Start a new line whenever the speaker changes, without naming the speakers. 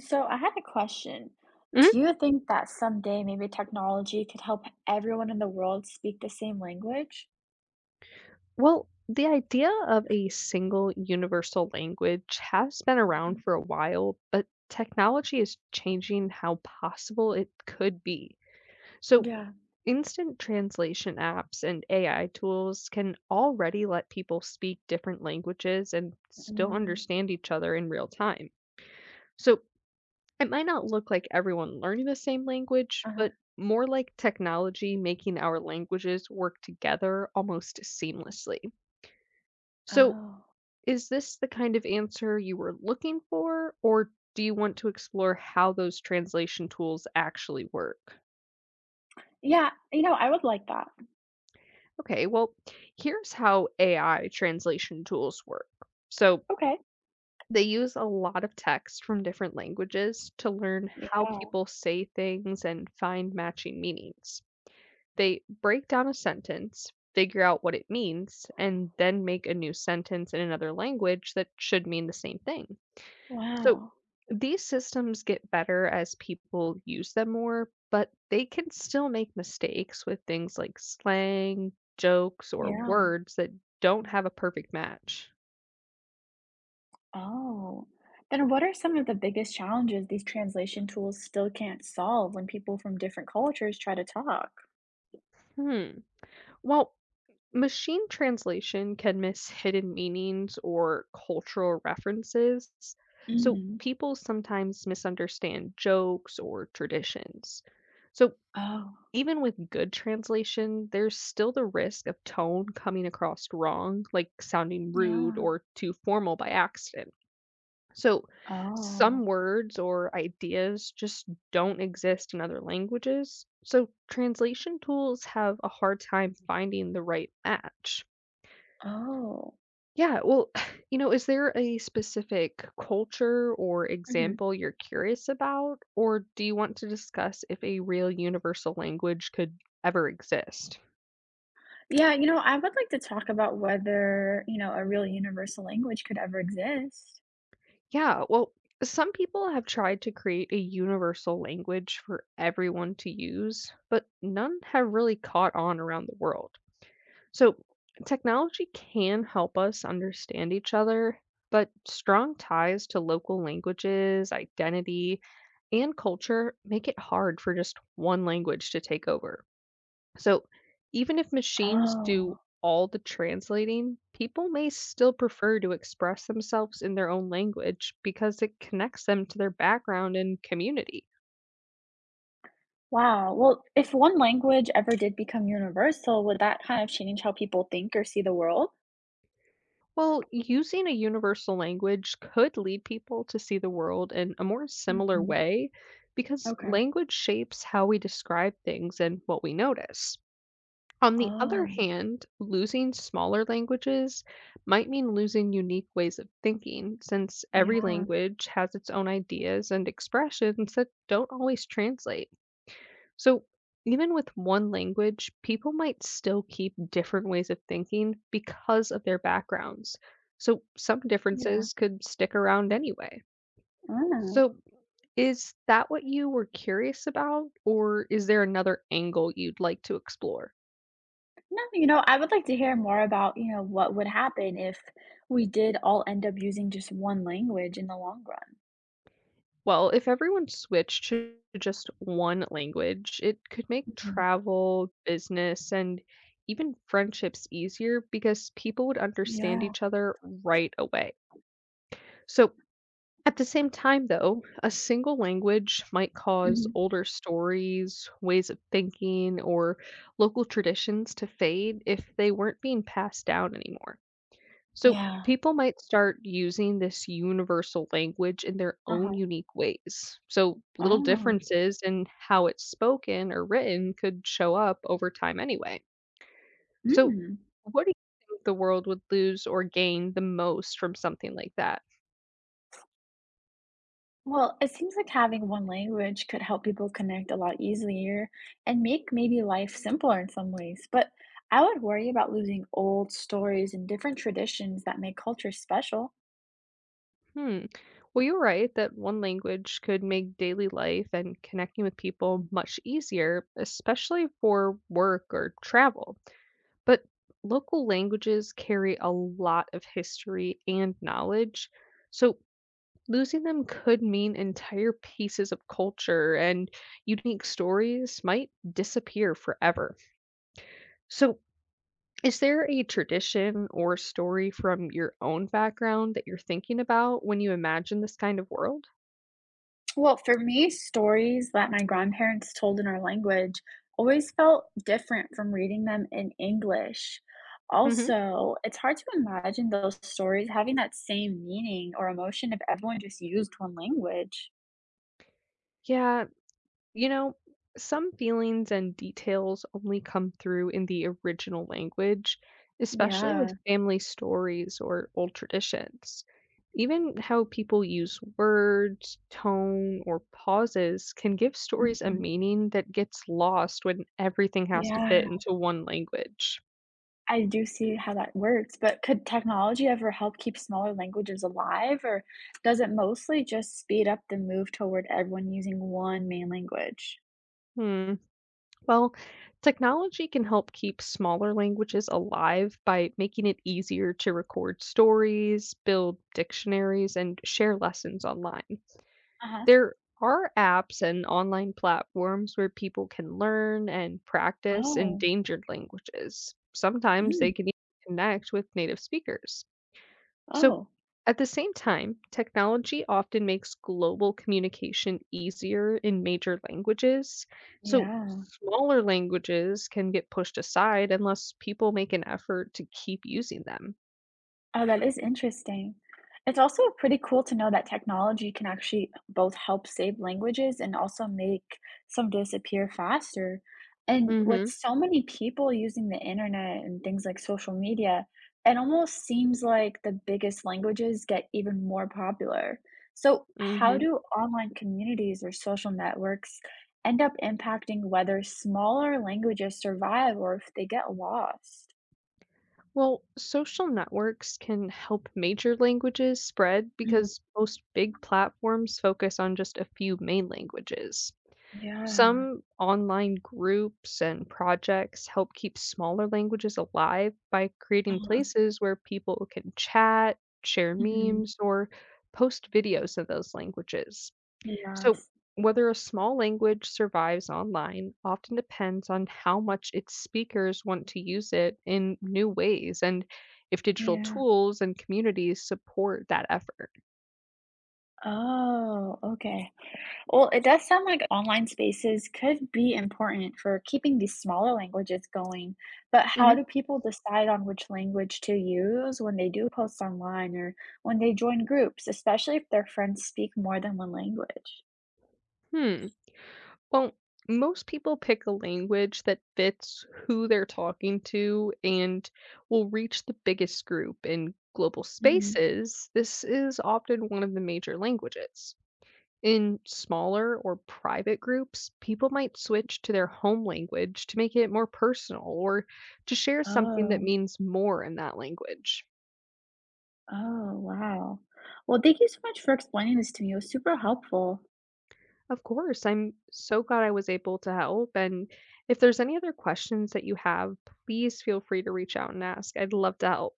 So I had a question.
Mhm.
Do you think that someday maybe technology could help everyone in the world speak the same language?
Well, the idea of a single universal language has been around
Mhm.
for a while, but technology is changing how possible it could be. So,
Yeah.
instant translation apps and AI tools can already let people speak different languages and still
Mm.
understand each other in real time. So, it might not look like everyone learning the same language,
Uh-huh.
but more like technology making our languages work together almost seamlessly. So,
Oh.
is this the kind of answer you were looking for, or do you want to explore how those translation tools actually work?
Yeah, I would like that.
Okay, well, here's how AI translation tools work. So,
Okay.
they use a lot of text from different languages to learn how
Yeah.
people say things and find matching meanings. They break down a sentence, figure out what it means, and then make a new sentence in another language that should mean the same thing. So,
Wow.
these systems get better as people use them more, but they can still make mistakes with things like slang, jokes, or
Yeah.
words that don't have a perfect match.
Oh. Then what are some of the biggest challenges these translation tools still can't solve when people from different cultures try to talk?
Hmm. Well, machine translation can miss hidden meanings or cultural references. So,
Mm.
people sometimes misunderstand jokes or traditions. So
Oh.
Even with good translation, there's still the risk of tone coming across wrong, like sounding rude
Yeah.
or too formal by accident. So,
Oh.
some words or ideas just don't exist in other languages. So, translation tools have a hard time finding the right match.
Oh.
Yeah, well, is there a specific culture or
Mhm.
example you're curious about? Or do you want to discuss if a real universal language could ever exist?
Yeah, I would like to talk about whether, a real universal language could ever exist.
Yeah, well, some people have tried to create a universal language for everyone to use, but none have really caught on around the world. So, technology can help us understand each other, but strong ties to local languages, identity, and culture make it hard for just one language to take over. So, even if machines do
Oh,
all the translating, people may still prefer to express themselves in their own language because it connects them to their background and community.
wow. Well, if one language ever did become universal, would that kind of change how people think or see the world?
Well, using a universal language could lead people to see the world in a more similar
Hmm.
way because
Okay.
language shapes how we describe things and what we notice. On the other
Oh.
hand, losing smaller languages might mean losing unique ways of thinking, since every
Yeah.
language has its own ideas and expressions that don't always translate. So, even with one language, people might still keep different ways of thinking because of their backgrounds. So, some
Yeah.
differences could stick around anyway.
Oh.
So, is that what you were curious about, or is there another angle you'd like to explore?
No, I would like to hear more about, what would happen if we did all end up using just one language in the long run.
Well, if everyone switched to just one language, it could make
Mhm.
travel, business, and even friendships easier because people would understand
Yeah.
each other right away. So, at the same time, though, a single language might cause
Hmm.
older stories, ways of thinking, or local traditions to fade if they weren't being passed down anymore. So,
Yeah.
people might start using this universal language in their own
Uh-huh.
unique ways. So, little
Oh.
differences in how it's spoken or written could show up over time anyway. So,
Mm.
what do you think the world would lose or gain the most from something like that?
Well, it seems like having one language could help people connect a lot easier and make maybe life simpler in some ways. But I would worry about losing old stories and different traditions that make culture special.
Hmm. Well, you're right that one language could make daily life and connecting with people much easier, especially for work or travel. But local languages carry a lot of history and knowledge. So, losing them could mean entire pieces of culture and unique stories might disappear forever. So, is there a tradition or story from your own background that you're thinking about when you imagine this kind of world?
Well, for me, stories that my grandparents told in our language always felt different from reading them in English.
Hmm.
Also, it's hard to imagine those stories having that same meaning or emotion if everyone just used one language.
Yeah, You know, some feelings and details only come through in the original language, especially
Yeah.
with family stories or old traditions. Even how people use words, tone, or pauses can give stories a
Hmm.
meaning that gets lost when everything has to
Yeah.
fit into one language.
I do see how that works, but could technology ever help keep smaller languages alive, or does it mostly just speed up the move toward everyone using one main language?
Hmm. Well, technology can help keep smaller languages alive by making it easier to record stories, build dictionaries, and share lessons online.
Uh-huh.
There are apps and online platforms where people can learn and practice
Oh.
endangered languages. Sometimes they
Mm.
can even connect with native speakers. So,
Oh.
at the same time, technology often makes global communication easier in major languages. So,
Yeah.
smaller languages can get pushed aside unless people make an effort to keep using them.
Oh, that is interesting. It's also pretty cool to know that technology can actually both help save languages and also make some disappear faster. And with
Mhm.
so many people using the internet and things like social media, it almost seems like the biggest languages get even more popular. So, how
Mhm.
do online communities or social networks end up impacting whether smaller languages survive or if they get lost?
Well, social networks can help major languages spread
Mhm.
because most big platforms focus on just a few main languages.
Yeah.
Some online groups and projects help keep smaller languages alive by creating places where people can chat, share
Mhm.
memes, or post videos of those languages. So,
Yes.
whether a small language survives online often depends on how much its speakers want to use it in new ways and if digital
Yeah.
tools and communities support that effort.
Oh, okay. Well, it does sound like online spaces could be important for keeping these smaller languages going, but how
Mhm.
do people decide on which language to use when they do post online or when they join groups, especially if their friends speak more than one language?
Hmm. Well, most people pick a language that fits who they're talking to and will reach the biggest group in global
Mhm.
spaces. This is often one of the major languages. In smaller or private groups, people might switch to their home language to make it more personal or to share something that
Oh.
means more in that language.
Oh, wow. Well, thank you so much for explaining this to me. It was super helpful.
Of course, I'm so glad I was able to help, and if there's any other questions that you have, please feel free to reach out and ask. I'd love to help.